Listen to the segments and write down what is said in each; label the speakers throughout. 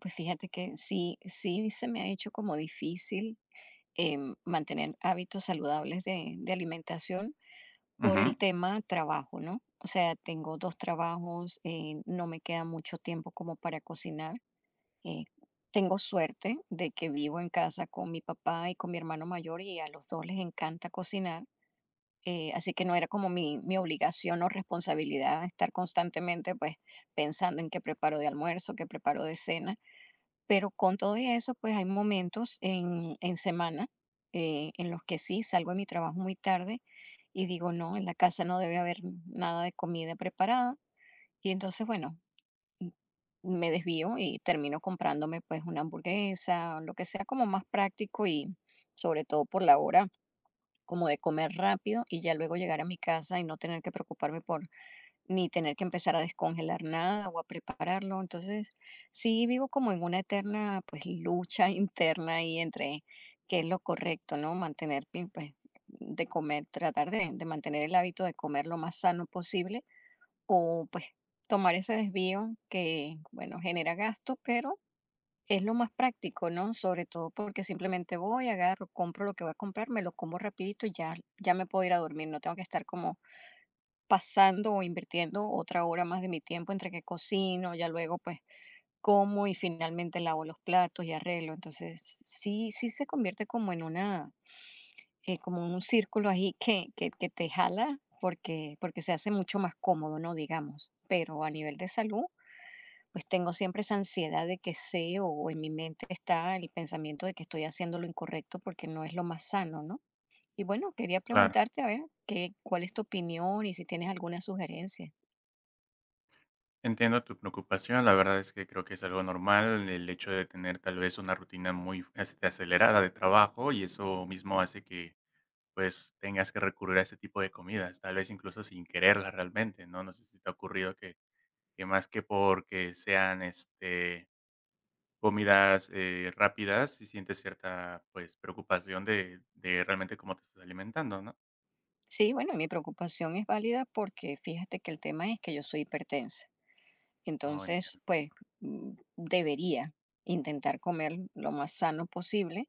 Speaker 1: Pues fíjate que sí, sí se me ha hecho como difícil mantener hábitos saludables de alimentación por
Speaker 2: Ujú,
Speaker 1: el tema trabajo, ¿no? O sea, tengo dos trabajos, no me queda mucho tiempo como para cocinar. eh, Tengo suerte de que vivo en casa con mi papá y con mi hermano mayor y a los dos les encanta cocinar. Así que no era como mi obligación o responsabilidad estar constantemente pues pensando en qué preparo de almuerzo, qué preparo de cena, pero con todo y eso, pues hay momentos en semana en los que sí salgo de mi trabajo muy tarde y digo, no, en la casa no debe haber nada de comida preparada. Y entonces, bueno, m- me desvío y termino comprándome pues una hamburguesa o lo que sea como más práctico y sobre todo por la hora, como de comer rápido y ya luego llegar a mi casa y no tener que preocuparme por ni tener que empezar a descongelar nada o a prepararlo. Entonces, sí vivo como en una eterna, pues, lucha interna ahí entre qué es lo correcto, ¿no? Mantener, pues, de comer, tratar de mantener el hábito de comer lo más sano posible o, pues, tomar ese desvío que, bueno, genera gasto, pero es lo más práctico, ¿no? Sobre todo porque simplemente voy, agarro, compro lo que voy a comprar, me lo como rapidito y ya, ya me puedo ir a dormir, no tengo que estar como pasando o invirtiendo otra hora más de mi tiempo entre que cocino, ya luego pues como y finalmente lavo los platos y arreglo. Entonces, sí, sí se convierte como en una, como en un círculo ahí que te jala porque se hace mucho más cómodo, ¿no? Digamos. Pero a nivel de salud, pues tengo siempre esa ansiedad de que sé o en mi mente está el pensamiento de que estoy haciendo lo incorrecto porque no es lo más sano, ¿no? Y bueno, quería
Speaker 2: claro,
Speaker 1: preguntarte, a ver, qué, cuál es tu opinión y si tienes alguna sugerencia.
Speaker 2: entiendo tu preocupación. La verdad es que creo que es algo normal el hecho de tener tal vez una rutina muy acelerada de trabajo y eso mismo hace que pues tengas que recurrir a este tipo de comidas, tal vez incluso sin quererlas realmente, ¿no? No sé si te ha ocurrido que más que porque sean comidas rápidas, si sientes cierta pues preocupación de realmente cómo te estás alimentando, ¿no?
Speaker 1: Sí, bueno, y mi preocupación es válida porque fíjate que el tema es que yo soy hipertensa.
Speaker 2: No
Speaker 1: Entonces,
Speaker 2: entiendo.
Speaker 1: pues debería intentar comer lo más sano posible.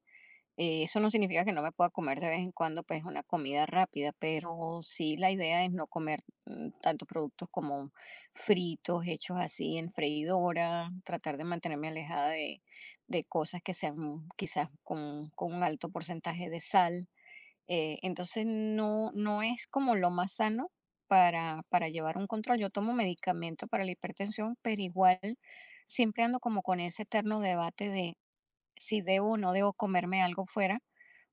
Speaker 1: Eso no significa que no me pueda comer de vez en cuando, pues una comida rápida, pero sí la idea es no comer tantos productos como fritos, hechos así en freidora, tratar de mantenerme alejada de, cosas que sean quizás con un alto porcentaje de sal entonces no, no es como lo más sano para llevar un control. Yo tomo medicamento para la hipertensión, pero igual siempre ando como con ese eterno debate de si debo o no debo comerme algo fuera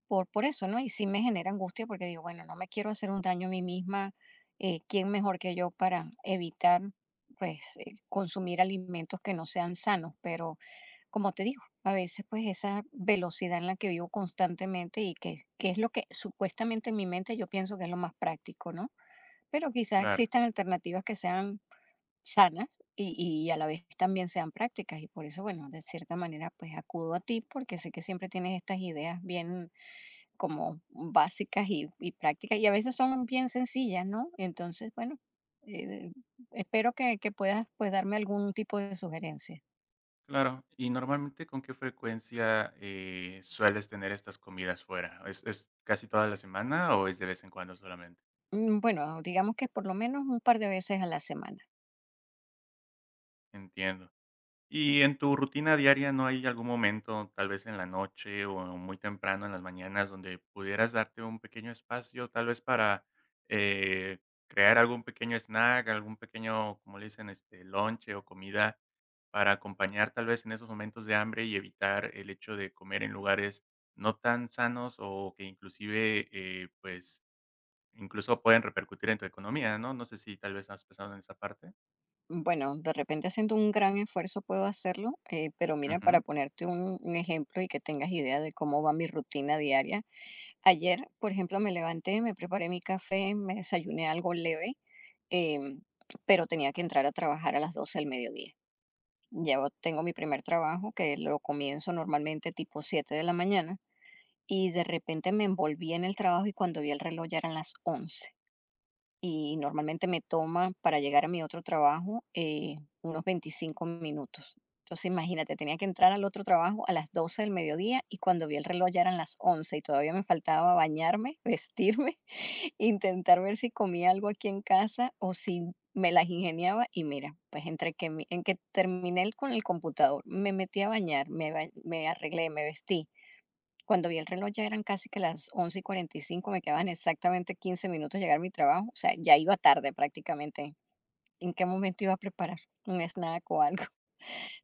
Speaker 1: por eso, ¿no? Y sí me genera angustia porque digo, bueno, no me quiero hacer un daño a mí misma, ¿quién mejor que yo para evitar, pues, consumir alimentos que no sean sanos? Pero como te digo, a veces pues esa velocidad en la que vivo constantemente y que es lo que supuestamente en mi mente yo pienso que es lo más práctico, ¿no? Pero quizás
Speaker 2: Claro.
Speaker 1: existan alternativas que sean sanas y, y a la vez también sean prácticas y por eso, bueno, de cierta manera pues acudo a ti porque sé que siempre tienes estas ideas bien como básicas y prácticas y a veces son bien sencillas, ¿no? Entonces, bueno, eh, espero que puedas pues darme algún tipo de sugerencia.
Speaker 2: Claro, y normalmente, ¿con qué frecuencia, sueles tener estas comidas fuera? ¿Es casi toda la semana o es de vez en cuando solamente?
Speaker 1: Mm, bueno, digamos que por lo menos un par de veces a la semana.
Speaker 2: Entiendo. Y en tu rutina diaria, ¿no hay algún momento, tal vez en la noche o muy temprano en las mañanas, donde pudieras darte un pequeño espacio, tal vez para eh, crear algún pequeño snack, algún pequeño, como le dicen, lonche o comida para acompañar tal vez en esos momentos de hambre y evitar el hecho de comer en lugares no tan sanos o que inclusive, pues, incluso pueden repercutir en tu economía, ¿no? No sé si tal vez has pensado en esa parte.
Speaker 1: Bueno, de repente haciendo un gran esfuerzo puedo hacerlo, pero mira, para
Speaker 2: Ujú,
Speaker 1: ponerte un ejemplo y que tengas idea de cómo va mi rutina diaria, ayer, por ejemplo, me levanté, me preparé mi café, me desayuné algo leve, em, pero tenía que entrar a trabajar a las 12 del mediodía. Ya tengo mi primer trabajo, que lo comienzo normalmente tipo 7 de la mañana, y de repente me envolví en el trabajo y cuando vi el reloj ya eran las 11. Y normalmente me toma para llegar a mi otro trabajo unos 25 minutos. Entonces, imagínate, tenía que entrar al otro trabajo a las 12 del mediodía y cuando vi el reloj ya eran las 11 y todavía me faltaba bañarme, vestirme, intentar ver si comía algo aquí en casa o si me las ingeniaba y mira, pues entre que, en que terminé con el computador, me metí a bañar, me arreglé, me vestí, cuando vi el reloj ya eran casi que las once y cuarenta y cinco. Me quedaban exactamente 15 minutos llegar a mi trabajo, o sea, ya iba tarde prácticamente. ¿En qué momento iba a preparar un snack o algo?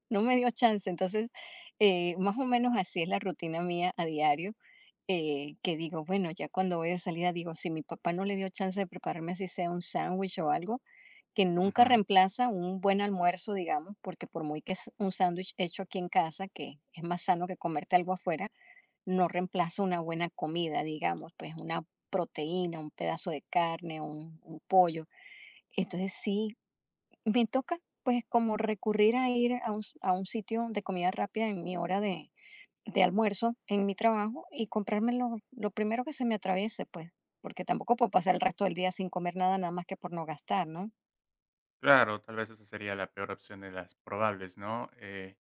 Speaker 1: No me dio chance. Entonces, más o menos así es la rutina mía a diario, que digo, bueno, ya cuando voy de salida, digo, si mi papá no le dio chance de prepararme así sea un sándwich o algo, que nunca
Speaker 2: ujú.
Speaker 1: reemplaza un buen almuerzo, digamos, porque por muy que es un sándwich hecho aquí en casa, que es más sano que comerte algo afuera, no reemplaza una buena comida, digamos, pues una proteína, un pedazo de carne, un pollo. Entonces sí, me toca pues como recurrir a ir a un sitio de comida rápida en mi hora de almuerzo, en mi trabajo, y comprarme lo primero que se me atraviese, pues, porque tampoco puedo pasar el resto del día sin comer nada, nada más que por no gastar, ¿no?
Speaker 2: Claro, tal vez esa sería la peor opción de las probables, ¿no?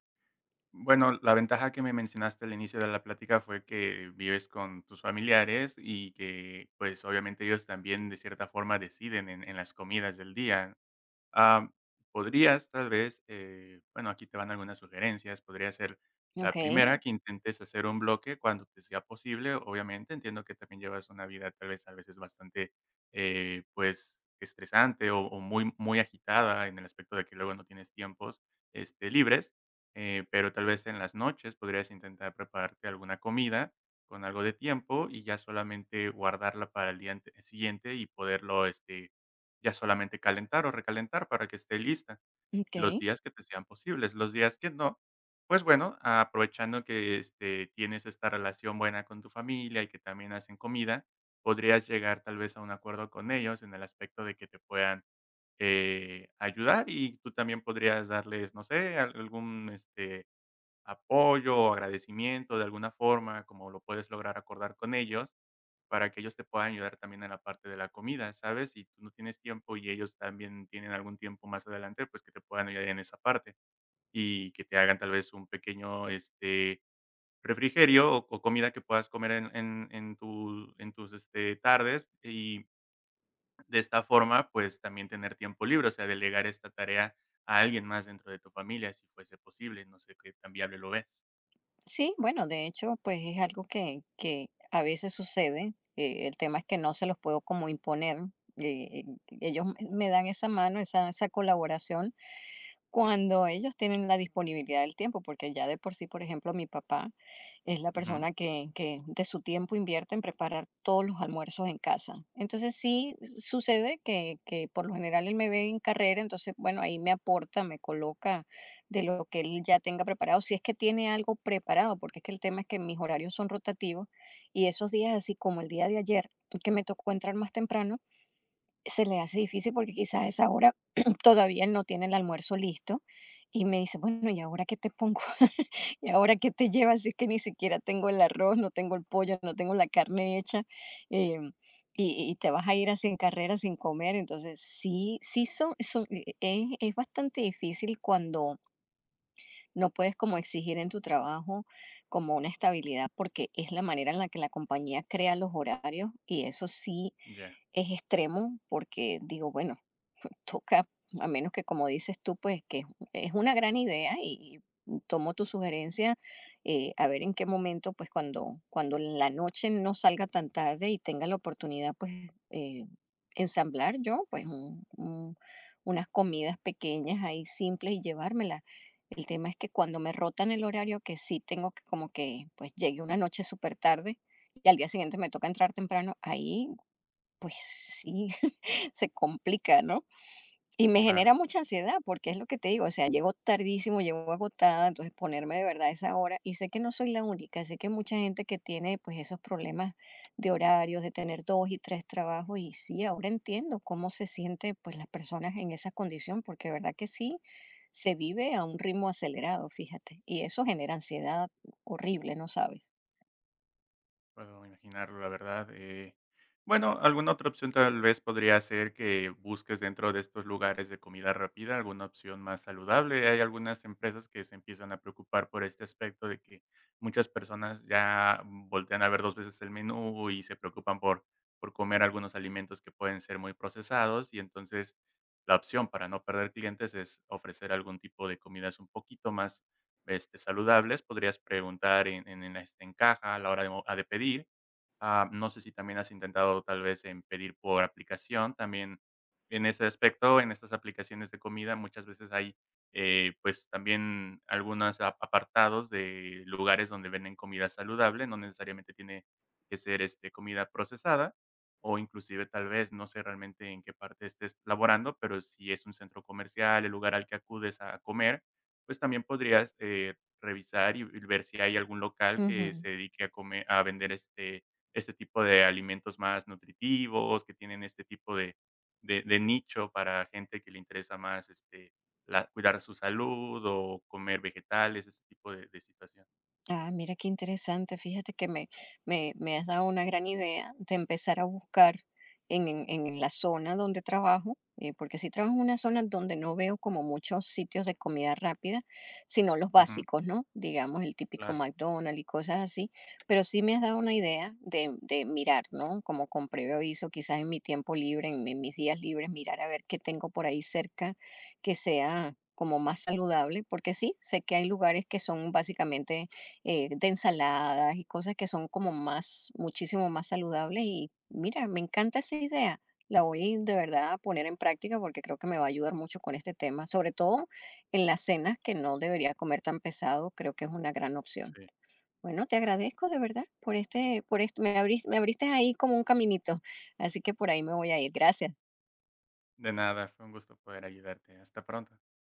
Speaker 2: Bueno, la ventaja que me mencionaste al inicio de la plática fue que vives con tus familiares y que pues obviamente ellos también de cierta forma deciden en las comidas del día. Am, Podrías tal vez, bueno, aquí te van algunas sugerencias. Podría ser la
Speaker 1: Ok,
Speaker 2: primera, que intentes hacer un bloque cuando te sea posible. Obviamente, entiendo que también llevas una vida tal vez a veces bastante, pues, estresante o muy, muy agitada en el aspecto de que luego no tienes tiempos libres, pero tal vez en las noches podrías intentar prepararte alguna comida con algo de tiempo y ya solamente guardarla para el día siguiente y poderlo ya solamente calentar o recalentar para que esté lista
Speaker 1: ok.
Speaker 2: los días que te sean posibles. Los días que no, pues bueno, aprovechando que, tienes esta relación buena con tu familia y que también hacen comida, podrías llegar tal vez a un acuerdo con ellos en el aspecto de que te puedan, ayudar y tú también podrías darles, no sé, algún, apoyo o agradecimiento de alguna forma, como lo puedes lograr acordar con ellos, para que ellos te puedan ayudar también en la parte de la comida, ¿sabes? Si tú no tienes tiempo y ellos también tienen algún tiempo más adelante, pues que te puedan ayudar en esa parte y que te hagan tal vez un pequeño refrigerio o comida que puedas comer en en tus tardes y de esta forma, pues también tener tiempo libre, o sea, delegar esta tarea a alguien más dentro de tu familia, si fuese posible, no sé qué tan viable lo ves.
Speaker 1: Sí, bueno, de hecho, pues es algo que a veces sucede. El tema es que no se los puedo como imponer. eh, Ellos me dan esa mano, esa colaboración, cuando ellos tienen la disponibilidad del tiempo, porque ya de por sí, por ejemplo, mi papá es la
Speaker 2: Ujú.
Speaker 1: persona que de su tiempo invierte en preparar todos los almuerzos en casa. Entonces sí sucede que por lo general él me ve en carrera, entonces bueno, ahí me aporta, me coloca de lo que él ya tenga preparado, si es que tiene algo preparado, porque es que el tema es que mis horarios son rotativos y esos días, así como el día de ayer, que me tocó entrar más temprano, se le hace difícil porque quizás a esa hora todavía él no tiene el almuerzo listo y me dice, bueno, ¿y ahora qué te pongo? ¿Y ahora qué te llevas? Si es que ni siquiera tengo el arroz, no tengo el pollo, no tengo la carne hecha em, y te vas a ir así en carrera sin comer. Entonces, sí, sí es bastante difícil cuando no puedes como exigir en tu trabajo como una estabilidad porque es la manera en la que la compañía crea los horarios y eso sí
Speaker 2: Ya,
Speaker 1: es extremo porque digo, bueno, toca, a menos que como dices tú, pues que es una gran idea y tomo tu sugerencia, a ver en qué momento, pues cuando la noche no salga tan tarde y tenga la oportunidad, pues eh, ensamblar yo, pues unas comidas pequeñas ahí simples y llevármelas. El tema es que cuando me rotan el horario, que sí tengo que como que, pues llegue una noche súper tarde y al día siguiente me toca entrar temprano, ahí pues sí se complica, ¿no? Y me
Speaker 2: claro,
Speaker 1: genera mucha ansiedad, porque es lo que te digo, o sea, llego tardísimo, llego agotada, entonces ponerme de verdad a esa hora, y sé que no soy la única, sé que hay mucha gente que tiene pues esos problemas de horarios, de tener dos y tres trabajos, y sí, ahora entiendo cómo se siente pues las personas en esa condición, porque de verdad que sí, se vive a un ritmo acelerado, fíjate, y eso genera ansiedad horrible, ¿no sabes?
Speaker 2: puedo imaginarlo, la verdad. Bueno, alguna otra opción tal vez podría ser que busques dentro de estos lugares de comida rápida alguna opción más saludable. Hay algunas empresas que se empiezan a preocupar por este aspecto de que muchas personas ya voltean a ver dos veces el menú y se preocupan por comer algunos alimentos que pueden ser muy procesados y entonces la opción para no perder clientes es ofrecer algún tipo de comidas un poquito más saludables, podrías preguntar en en caja a la hora de mo a de pedir. Ah, no sé si también has intentado tal vez en pedir por aplicación, también en ese aspecto, en estas aplicaciones de comida muchas veces hay, pues también algunos apartados de lugares donde venden comida saludable, no necesariamente tiene que ser comida procesada o inclusive tal vez, no sé realmente en qué parte estés laborando, pero si es un centro comercial, el lugar al que acudes a comer, pues también podrías revisar y ver si hay algún local que
Speaker 1: Ujú.
Speaker 2: se dedique a vender este tipo de alimentos más nutritivos, que tienen este tipo de nicho para gente que le interesa más, la cuidar su salud o comer vegetales, este tipo de situación.
Speaker 1: Ah, mira qué interesante. Fíjate que me has dado una gran idea de empezar a buscar en la zona donde trabajo, porque sí trabajo en una zona donde no veo como muchos sitios de comida rápida, sino los
Speaker 2: Ujú,
Speaker 1: básicos, ¿no? Digamos el típico
Speaker 2: claro,
Speaker 1: McDonald's y cosas así, pero sí me has dado una idea de mirar, ¿no? Como con previo aviso, quizás en mi tiempo libre, en mis días libres, mirar a ver qué tengo por ahí cerca que sea como más saludable, porque sí, sé que hay lugares que son básicamente de ensaladas y cosas que son como más, muchísimo más saludables. Y mira, me encanta esa idea. La voy de verdad a poner en práctica porque creo que me va a ayudar mucho con este tema, sobre todo en las cenas que no debería comer tan pesado, creo que es una gran opción.
Speaker 2: sí.
Speaker 1: Bueno, te agradezco de verdad me abriste ahí como un caminito, así que por ahí me voy a ir. Gracias.
Speaker 2: De nada, fue un gusto poder ayudarte. Hasta pronto.